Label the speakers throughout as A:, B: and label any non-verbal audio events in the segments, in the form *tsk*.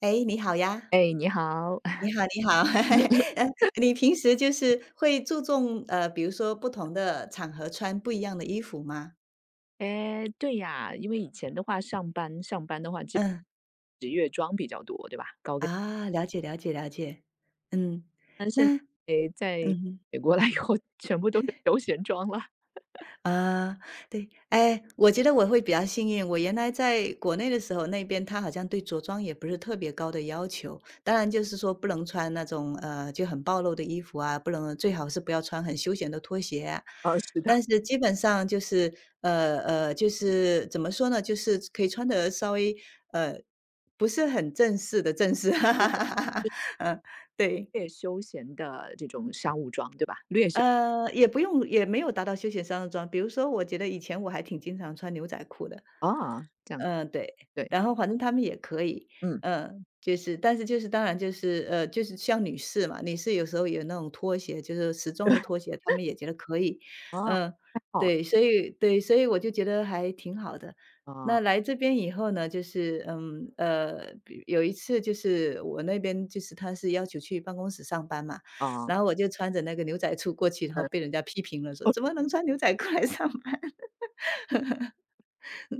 A: 哎，你好呀，
B: 哎，你好，
A: 你
B: *laughs*
A: 好，你好，*laughs* 呃，你平时就是会注重比如说不同的场合穿不一样的衣服吗？
B: 哎，对呀，因为以前的话，上班的话，就
A: 嗯，
B: 职业装比较多，对吧？高跟，
A: 啊，了解，了解，了解，嗯，
B: 但现在
A: 那
B: 哎，在
A: 嗯哼
B: 美国来以后，全部都是休闲装了。*laughs*
A: 啊，对，哎，我觉得我会比较幸运。我原来在国内的时候，那边他好像对着装也不是特别高的要求，当然就是说不能穿那种就很暴露的衣服啊，不能最好是不要穿很休闲的拖鞋啊，
B: 是的，
A: 但是基本上就是就是怎么说呢，就是可以穿的稍微呃不是很正式的正式，*laughs* 哈哈哈哈哈，嗯，对。
B: 略休闲的这种商务装，对吧？略休
A: 也不用也没有达到休闲商务装。比如说我觉得以前我还挺经常穿牛仔裤的。
B: 啊，这样
A: 嗯，对，
B: 对，
A: 然后反正他们也可以，
B: 嗯，
A: 嗯，就是但是就是当然就是，就是像女士嘛，女士有时候有那种拖鞋，就是时
B: *laughs* 对，
A: 装的拖鞋，他们也觉得可以。
B: 啊，
A: 嗯，
B: 还好
A: 对，所以对，所以我就觉得还挺好的。那
B: 啊
A: 来这边以后呢，就是嗯，比有一次就是我那边就是他是要求去办公室上班嘛，
B: 啊，
A: 然后我就穿着那个牛仔裤过去，然后
B: 嗯，
A: 被人家批评了，说：
B: 哦，
A: “怎么能穿牛仔裤来上班？”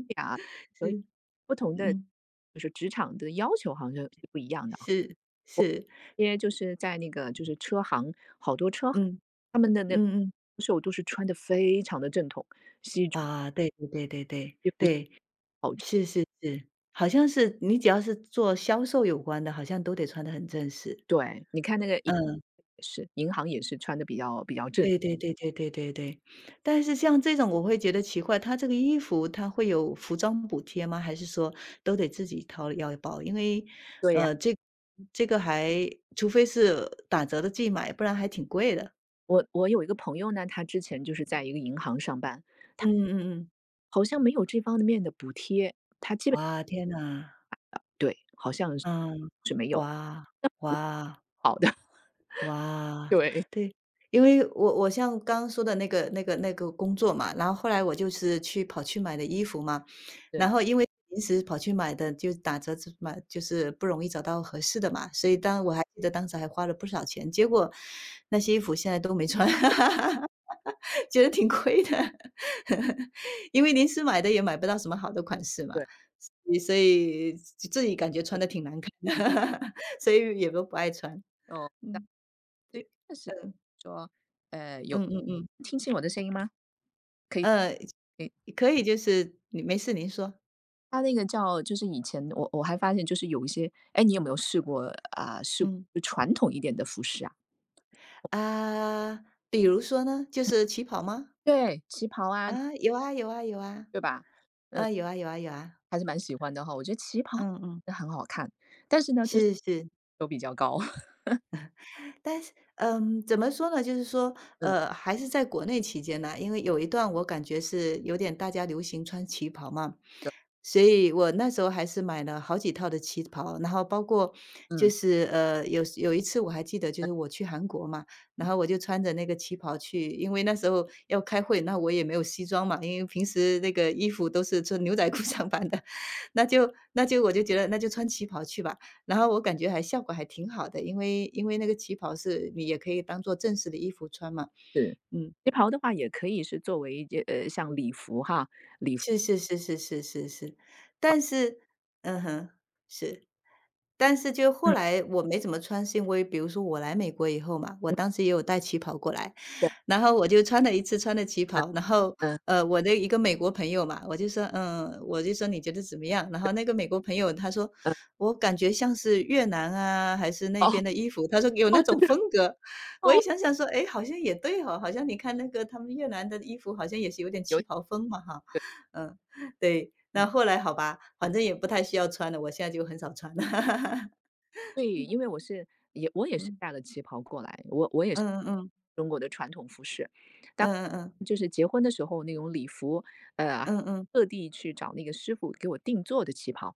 B: 对呀，所以
A: 是，
B: 不同的
A: 嗯，
B: 就是职场的要求好像是不一样的。
A: 是，是，
B: 些就是在那个就是车行，好多车行，
A: 嗯，
B: 他们的那
A: 嗯嗯，
B: 售都是穿的非常的正统，
A: 啊，对对对对对
B: 也不是
A: 对，
B: 好
A: 是是是，好像是你只要是做销售有关的，好像都得穿得很正式，
B: 对，你看那个银
A: 嗯。
B: 是，银行也是穿的比较正
A: 对对对对对对对。但是像这种我会觉得奇怪，它这个衣服它会有服装补贴吗？还是说都得自己掏腰包？因为，
B: 对呀，
A: 呃，这这个还除非是打折的季买，不然还挺贵的。
B: 我有一个朋友呢，他之前就是在一个银行上班，
A: 嗯嗯嗯。
B: 好像没有这方面的补贴，
A: 哇，天呐，
B: 对，好像是
A: 嗯，
B: 是没有
A: 哇，哇。
B: 好的，*laughs*
A: 哇，
B: 对，
A: 对，因为我像刚刚说的那个工作嘛，然后后来我就是去跑去买的衣服嘛，
B: 对
A: 然后因为临时跑去买的就打折子买，就是不容易找到合适的嘛，所以当我还记得当时还花了不少钱，结果那些衣服现在都没穿，*laughs* 觉得挺亏的，*laughs* 因为临时买的也买不到什么好的款式嘛，
B: 对，
A: 所以自己感觉穿的挺难看的，*laughs* 所以也都不爱穿，
B: 哦，那
A: 嗯
B: 所以确实说，呃，有
A: 嗯嗯嗯。
B: 听清我的声音吗？可以
A: 呃，
B: 可以。
A: 可以，就是你没事您说。
B: 它那个叫就是以前我还发现就是有一些哎，你有没有试过啊，
A: 嗯，
B: 就传统一点的服饰啊？
A: 啊，比如说呢，就是起跑吗？
B: 对，旗袍啊，
A: 啊，有啊有啊有啊，
B: 对吧？嗯，
A: 啊，有啊有啊有啊，
B: 还是蛮喜欢的哈，我觉得旗袍
A: 嗯嗯，
B: 很好看，但是呢，就是
A: 是是。
B: 都比较高。*laughs*
A: 但是，嗯，怎么说呢？就是说，
B: 嗯，
A: 还是在国内期间呢，因为有一段我感觉是有点大家流行穿旗袍嘛，
B: 对
A: 所以我那时候还是买了好几套的旗袍，然后包括就
B: 嗯，
A: 是有一次我还记得，就
B: 嗯，
A: 是我去韩国嘛，然后我就穿着那个旗袍去，因为那时候要开会，那我也没有西装嘛，因为平时那个衣服都是穿牛仔裤上班的，*laughs* 那就我就觉得那就穿旗袍去吧。然后我感觉还效果还挺好的，因为那个旗袍是你也可以当做正式的衣服穿嘛，
B: 是。
A: 嗯。
B: 旗袍的话也可以是作为一件像礼服哈。
A: 是是是是是是是，但是嗯哼，是。但是就后
B: 嗯，
A: 来我没怎么穿凊微，比如说我来美国以后嘛，我
B: 嗯，
A: 当时也有带旗袍过来，
B: 对，
A: 然后我就穿了一次穿的旗袍，然后，
B: 嗯，
A: 我的一个美国朋友嘛，我就说，嗯，我就说你觉得怎么样？然后那个美国朋友他说，
B: 嗯，
A: 我感觉像是越南啊，还是那
B: 哦，
A: 边的衣服，他说有那种风格。我一
B: 哦
A: 想想说，哎，好像也对哦，好像你看那个他们越南的衣服好像也是有点旗
B: 有
A: 袍风嘛哈。嗯，对，
B: 嗯。
A: 那后来好吧，反正也不太需要穿了，我现在就很少穿了。*laughs*
B: 对，因为我是我也是
A: 嗯，
B: 带了旗袍过来，我也是
A: 嗯嗯
B: 中国的传统服饰。当
A: 嗯嗯
B: 就是结婚的时候那种礼服，呃，
A: 嗯嗯嗯，
B: 特地去找那个师傅给我定做的旗袍，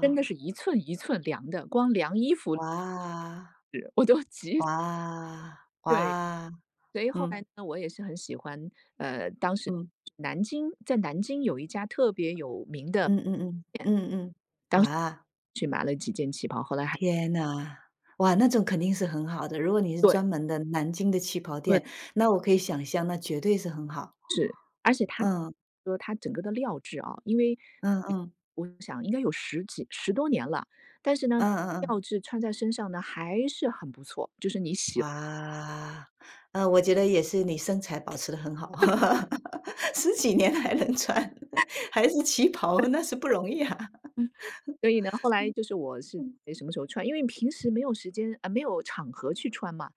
B: 真的是一寸一寸量的，光量衣服
A: 哇，
B: 我都 *laughs* 急。
A: 哇，
B: 对，
A: 哇，
B: 所以后
A: 嗯
B: 来呢，我也是很喜欢，呃，当时
A: 嗯
B: 在南京有一家特别有名的，
A: 嗯嗯嗯嗯嗯，哇，
B: 去买了几件旗袍，后来还
A: 天呐，哇，那种肯定是很好的，如果你是
B: 对
A: 专门的南京的旗袍
B: 对，
A: 店，那我可以想象，那绝对是很好。
B: 而且他。
A: 嗯
B: 说它整个的料质啊，因为
A: 嗯嗯，
B: 我想应该有十多年了，但是呢，
A: 嗯嗯
B: 料
A: 嗯。
B: 质穿在身上呢还是很不错，就是你洗了
A: 哇，我觉得也是你身材保持得很好，*laughs* 十几年还能穿，*laughs* 还是旗袍，那是不容易啊。
B: 所以呢，后来就是我是诶什么时候穿，因为平时没有时间呃，没有场合去穿嘛。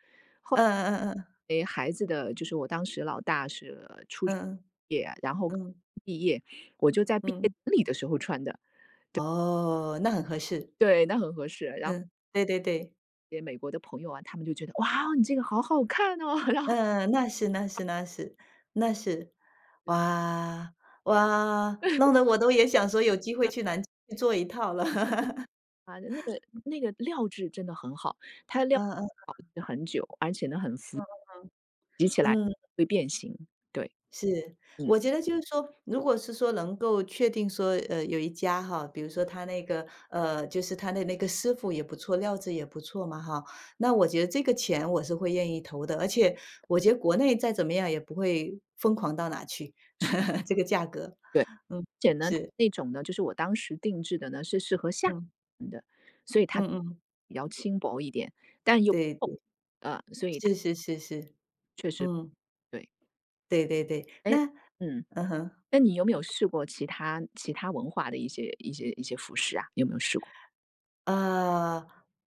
A: 嗯嗯嗯
B: 诶，孩子的就是我当时老大是初中
A: 嗯
B: 毕业，然后高
A: 嗯
B: 中毕业，我就在毕业
A: 嗯，
B: 典礼的时候穿的，
A: 哦，那很合适。
B: 对，那很合适。然后
A: 嗯，对对对，
B: 给美国的朋友啊，他们就觉得："哇，你这个好好看哦！" *laughs* 然后
A: 嗯，那是，哇哇，弄得我都也想说有机会去南京做一套了。*laughs*
B: 啊，那个那个料质真的很好，它的料
A: 嗯嗯
B: 保持很久，而且呢很浮
A: 嗯。
B: 会变形。对，
A: 是，
B: 嗯，
A: 我觉得就是说，如果是说能够确定说，有一家哈，比如说他那个，就是他的那个师傅也不错，料子也不错嘛哈，那我觉得这个钱我是会愿意投的，而且我觉得国内再怎么样也不会疯狂到哪去，*laughs* 这个价格，
B: 对，而
A: 嗯，
B: 且呢
A: 是，
B: 那种呢，就是我当时定制的呢是适合夏
A: 嗯，
B: 天的，所以它
A: 嗯嗯，
B: 比较轻薄一点，但又不
A: 对
B: 厚，
A: 对，
B: 呃，所以它
A: 是是是是，
B: 确实
A: 嗯，
B: 对。
A: 对对对，
B: 哎，
A: 那
B: 嗯，
A: 嗯哼。
B: 那你有没有试过其他文化的一些服饰啊？有没有试过？
A: 呃，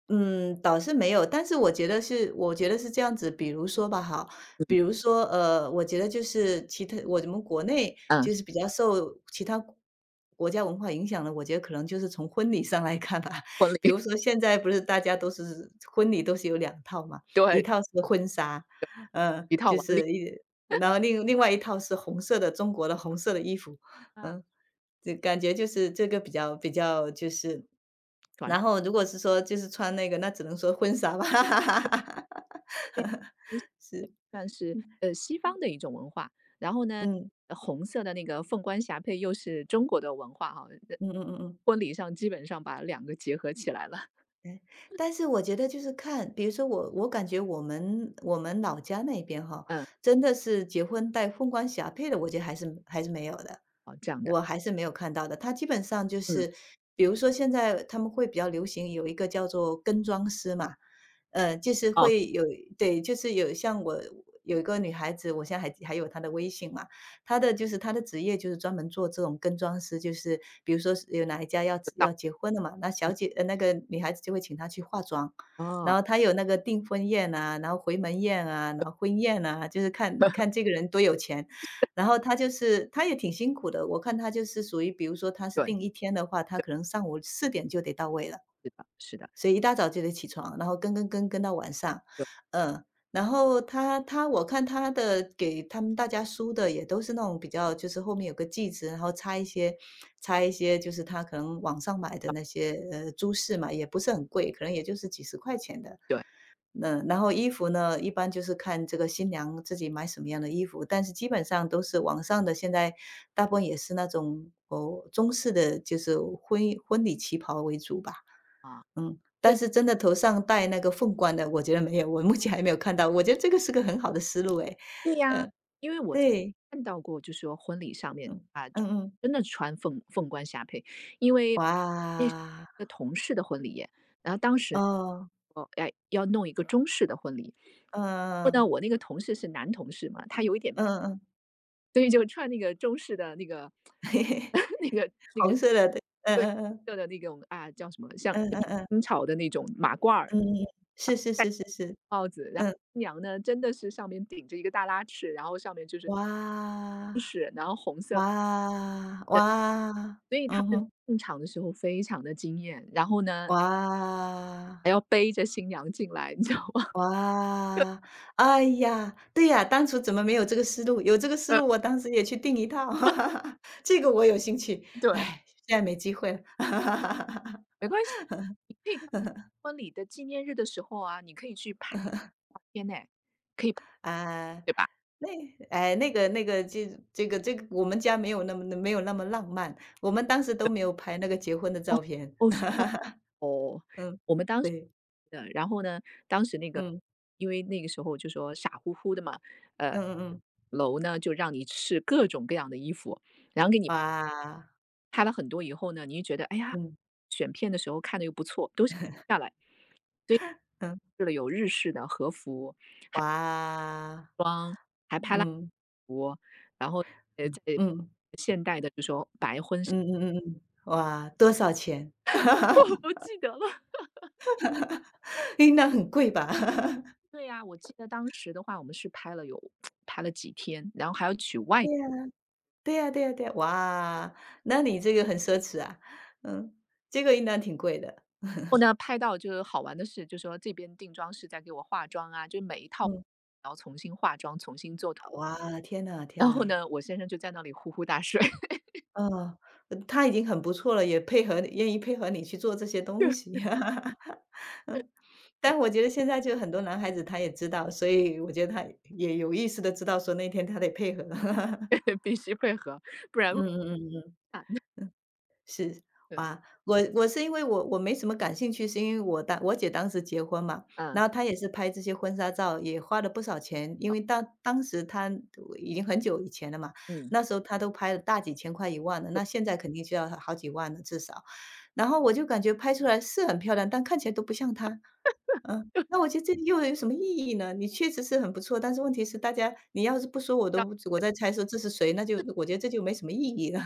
A: 嗯，倒是没有，但是我觉得是我觉得是这样子，比如说吧哈，比如说，我觉得就是其他我们国内
B: 嗯，
A: 就是比较受其他国家文化影响的，我觉得可能就是从婚礼上来看吧。*laughs*
B: 婚
A: 比
B: 礼
A: 如说现在不是大家都是婚礼都是有两套嘛，一
B: 对，
A: 套是婚纱，
B: 一套
A: 就
B: 晚礼
A: 是一然后另外一套是红色的中国的红色的衣服，
B: 啊，
A: 嗯。就感觉就是这个比较就是然
B: 转
A: 后如果是说就是穿那个，那只能说婚纱吧，*laughs*
B: 变。
A: 是，
B: 算是，呃，西方的一种文化。然后呢，
A: 嗯，
B: 红色的那个凤冠霞帔又是中国的文化哈，呃
A: 嗯嗯嗯嗯。
B: 婚礼上基本上把两个结合起来了。*laughs*
A: 哎，但是我觉得就是看，比如说我感觉我们老家那边哈，
B: 嗯，
A: 真的是结婚带凤冠霞帔的，我觉得还是没有的，
B: 哦，这样的，
A: 我还是没有看到的。他基本上就
B: 嗯，
A: 是，比如说现在他们会比较流行有一个叫做跟妆师嘛，就是
B: 哦，
A: 会有对，就是有像我有一个女孩子，我现在还有她的微信嘛，他的就是他的职业就是专门做这种跟妆师，就是比如说是有哪一家要
B: 到
A: 要结婚了嘛，那小姐那个女孩子就会请他去化妆。然
B: 哦，
A: 后他有那个订婚宴啊，然后回门宴啊，然后婚宴啊，就是看看这个人多有钱。然后他就是他也挺辛苦的，我看他就是属于比如说他是
B: 对，
A: 订一天的话，他可能上午4点就得到位了。
B: 是的，是的，
A: 所以一大早就得起床，然后跟到晚上，嗯。然后他我看他的给他们大家梳的也都是那种比较就是后面有个髻子，然后插一些就是他可能网上买的
B: 啊，
A: 那些，珠饰嘛，也不是很贵，可能也就是几十块钱的。
B: 对，
A: 嗯，然后衣服呢，一般就是看这个新娘自己买什么样的衣服，但是基本上都是网上的，现在大部分也是那种，哦，中式的就是婚礼旗袍为主吧，
B: 啊，对。
A: 嗯。但是真的头上戴那个凤冠的，我觉得没有，我目前还没有看到，我觉得这个是个很好的思路诶，嗯，
B: 因为我
A: 对，
B: 看到过，就是说婚礼上面
A: 嗯，
B: 啊，
A: 嗯嗯，
B: 真的穿凤冠霞帔，因为那是
A: 哇，
B: 一个同事的婚礼耶，然后当时
A: 哦，
B: 哦，哎，要弄一个中式的婚礼，
A: 嗯嗯
B: 后
A: 嗯，
B: 呢，我那个同事是男同事嘛，他有一点，
A: 嗯嗯嗯，
B: 所以就穿那个中式的那个
A: *laughs*
B: *laughs* 那个
A: 红色的，对，
B: 对
A: 嗯，
B: 色的那种啊，叫什么，像
A: 嗯嗯嗯，嗯嗯嗯，
B: 清朝的那种马褂儿，
A: 嗯是是
B: 戴
A: 是是是，
B: 帽子，然后
A: 嗯，
B: 新娘呢真的是上面顶着一个大拉翅，然后上面就是
A: 哇，
B: 是，然后红色。
A: 哇，哇，
B: 所以他
A: 嗯
B: 们
A: 哼，
B: 进场的时候非常的惊艳，然后呢，
A: 哇。
B: 还要背着新娘进来，*laughs* 你知道吗？
A: 哇，哎呀，对呀，当初怎么没有这个思路？有这个
B: *laughs*
A: 思
B: 呃，
A: 路，我当时也去订一套，*laughs* 这个我有兴趣。
B: 对。
A: 哎，现在没机会了。*laughs*
B: 没关系，你可以在 *laughs* 你婚礼的纪念日的时候啊，你可以去拍照片呢，可以拍
A: 啊，
B: 对吧？
A: 那哎，这个，我们家没有那么浪漫，我们当时都没有拍那个结婚的
B: 哦，
A: 照片。
B: 哦，是哦
A: *laughs* 嗯，
B: 我们当时
A: 对，
B: 的，然后呢，当时那个
A: 嗯，
B: 因为那个时候就说傻乎乎的嘛，呃，
A: 嗯嗯嗯，
B: 楼呢就让你试各种各样的衣服，然后给你
A: 哇，
B: 拍了很多以后呢，你就觉得，哎呀，
A: 嗯，
B: 选片的时候看的又不错，都想下来。
A: 嗯，
B: 试了有日式的和服
A: 哇，
B: 装，还拍嗯了
A: 嗯，
B: 服，然后，呃，
A: 嗯，
B: 在
A: 嗯。
B: 现代的就说白婚纱
A: 嗯嗯嗯嗯，哇，多少钱？
B: *laughs* 我
A: *laughs*
B: 不记得了。
A: 诶，那很贵吧？*laughs*
B: 对呀，我记得当时的话，我们是拍了有 *tsk* 拍了几天，然后还要取外
A: 对
B: 景
A: 呀，对呀，哇，那你这个很奢侈啊，嗯，这个应当挺贵的，
B: 然后呢，拍到就是好玩的是，就说这边定妆师在给我化妆啊，就每一套
A: 嗯，
B: 然后重新化妆，重新做图。
A: 哇，天呐天
B: 然后
A: 呐，
B: 呢，我先生就在那里呼呼大睡，
A: 嗯，他已经很不错了，也配合你去做这些东西。*laughs* 嗯，但我觉得现在就很多男孩子他也知道，所以我觉得他也有意识的知道说那天他得配合。*laughs*
B: *laughs* 必须配合，不然
A: 嗯
B: 会
A: 嗯嗯嗯。
B: 惨的
A: 啊，
B: *laughs*
A: 我是因为我没什么感兴趣，是因为我姐当时结婚嘛，
B: 嗯，
A: 然后她也是拍这些婚纱照，也花了不少钱，因为当时她已经很久以前了嘛，
B: 嗯，
A: 那时候她都拍了大几千块、一万的，那现在肯定就要好几万了至少。然后我就感觉拍出来是很漂亮，但看起来都不像她。嗯，那我觉得这又有什么意义呢？你确实是很不错，但是问题是大家你要是不说我
B: 这样
A: 都我在猜说这是谁，那就我觉得这就没什么意义了。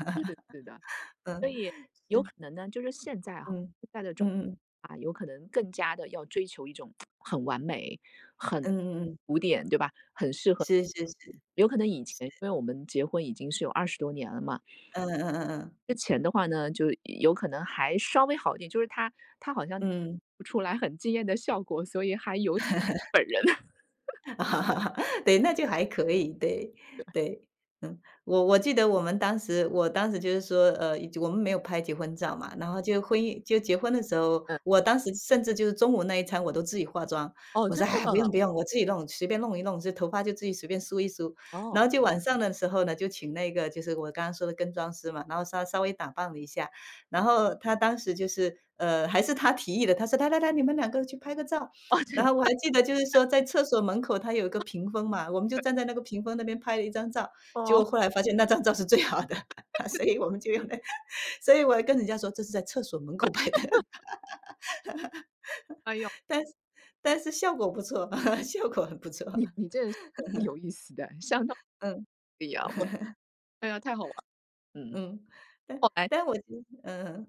B: 子的。
A: *laughs* 嗯，
B: 所以有可能呢，就是现在哈，
A: 嗯，
B: 现在的
A: 嗯
B: 状
A: 嗯。
B: 啊，有可能更加的要追求一种很完美、很
A: 嗯嗯嗯，
B: 古典，对吧？很适合
A: 是是是，
B: 有可能以前因为我们结婚已经是有二十多年了嘛，
A: 嗯嗯嗯嗯，
B: 之前的话呢，就有可能还稍微好一点，就是它它好像
A: 嗯。
B: 不出来很惊艳的效果，所以还有
A: *laughs* 对，那就还可以，对，对，嗯，我记得我当时就是说，以及我们没有拍结婚照嘛，然后就婚姻就结婚的时候，
B: 嗯，
A: 我当时甚至就是中午那一餐我都自己化妆，
B: 哦，
A: 我
B: 真
A: 说："哎，不
B: 的，
A: 用不用，我自己弄，随便弄一弄，就头发就自己随便梳一梳。"然
B: 哦，
A: 后就晚上的时候呢，就请那个就是我刚刚说的跟妆师嘛，然后稍稍微打扮了一下，然
B: 啊，
A: 后他当时就是，还是他提议的，他说："来来来，你们两个去拍个照。"然后我还记得就是说在厕所门口它有一个屏风嘛，我们就站在那个屏风那边拍了一张照，结果
B: 哦，
A: 后来发现那张照是最好的，*laughs* 所以我们就用来所以我跟人家说这是在厕所门口拍的，*laughs*
B: 哎呦
A: 但是但是效果不错，*laughs* 效果很不错，
B: 你你这 *laughs* 有意思的，相当
A: 嗯，
B: 不一样，我哎呀，太好玩了嗯，
A: 嗯，但
B: 后来
A: 但我觉得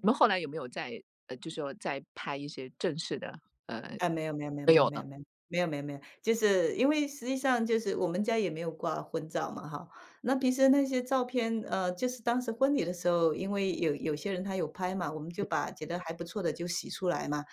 B: 你们后来有没有在呃，就是说在拍一些正式的？呃，
A: 啊，
B: 没有了，
A: 没有就是因为实际上就是我们家也没有挂婚照嘛哈，那平时那些照片，就是当时婚礼的时候，因为有些人他有拍嘛，我们就把觉得还不错的就洗出来嘛，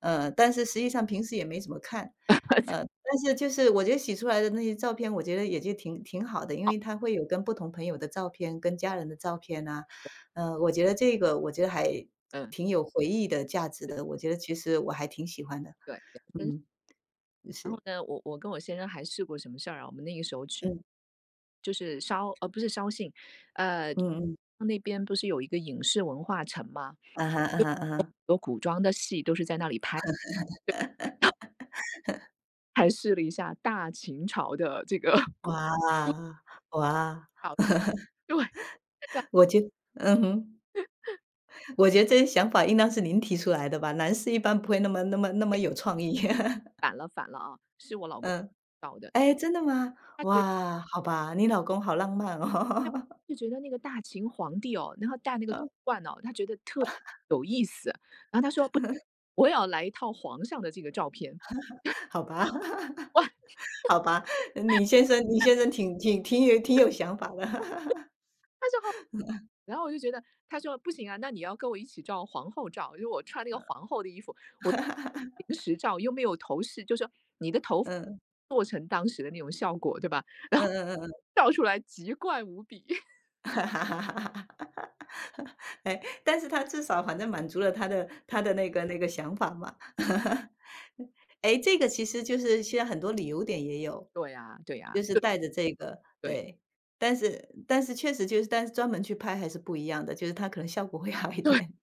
A: 但是实际上平时也没怎么看，
B: *laughs* 很
A: 但是就是我觉得洗出来的那些照片，我觉得也就挺好的，因
B: 好，
A: 为他会有跟不同朋友的照片，跟家人的照片啊，呃，我觉得还
B: 嗯，
A: 挺有回忆的价值的，我觉得其实我还挺喜欢的。
B: 对，比较真实
A: 嗯，
B: 然
A: 是，
B: 后呢，我跟我先生还试过什么事儿啊？我们那个时候去
A: 嗯，
B: 就是烧呃，不是烧信，呃，
A: 嗯嗯。
B: 那边不是有一个影视文化城吗？
A: 啊哈啊哈啊哈。
B: 有古装的戏都是在那里拍，还试了一下大秦朝的这个 *laughs* 古
A: 哇，哇，
B: 朝的 *laughs*，对，*laughs* 对
A: 我觉嗯哼，我觉得这些想法应当是您提出来的吧？男士一般不会那么有创意。*laughs*
B: 反了反了啊，
A: 嗯，
B: 搞的。
A: 哎，真的吗？
B: 他觉
A: 哇，好吧，你老公好浪漫哦。
B: 就觉得那个大秦皇帝哦，然后戴那个
A: *laughs*
B: 冠哦，他觉得然后他说："不，我也要来一套皇上的这个照片。"
A: 好吧，*laughs*
B: 哇，
A: 好吧，嗯你先生挺有想法的。*laughs*
B: 他说好，然后我就觉得他说："不行啊，那你要跟我一起照皇后照，因为我穿那个皇后的衣服，我临时照又没有头饰，就说你的头发
A: 嗯，
B: 做成当时的那种效果，对吧？
A: 嗯嗯嗯嗯。
B: 照出来奇怪无比。*laughs*”
A: *laughs* 哈哈哈哈哈 *laughs* 哎，但是他至少反正满足了他的那个想法嘛。*laughs* 哎，这个其实就是现在很多旅游点也有，
B: 对呀，对呀，
A: 就是带着这个，
B: 对。
A: 对。但是确实就是但是专门去拍还是不一样的，就是它可能效果会好一点。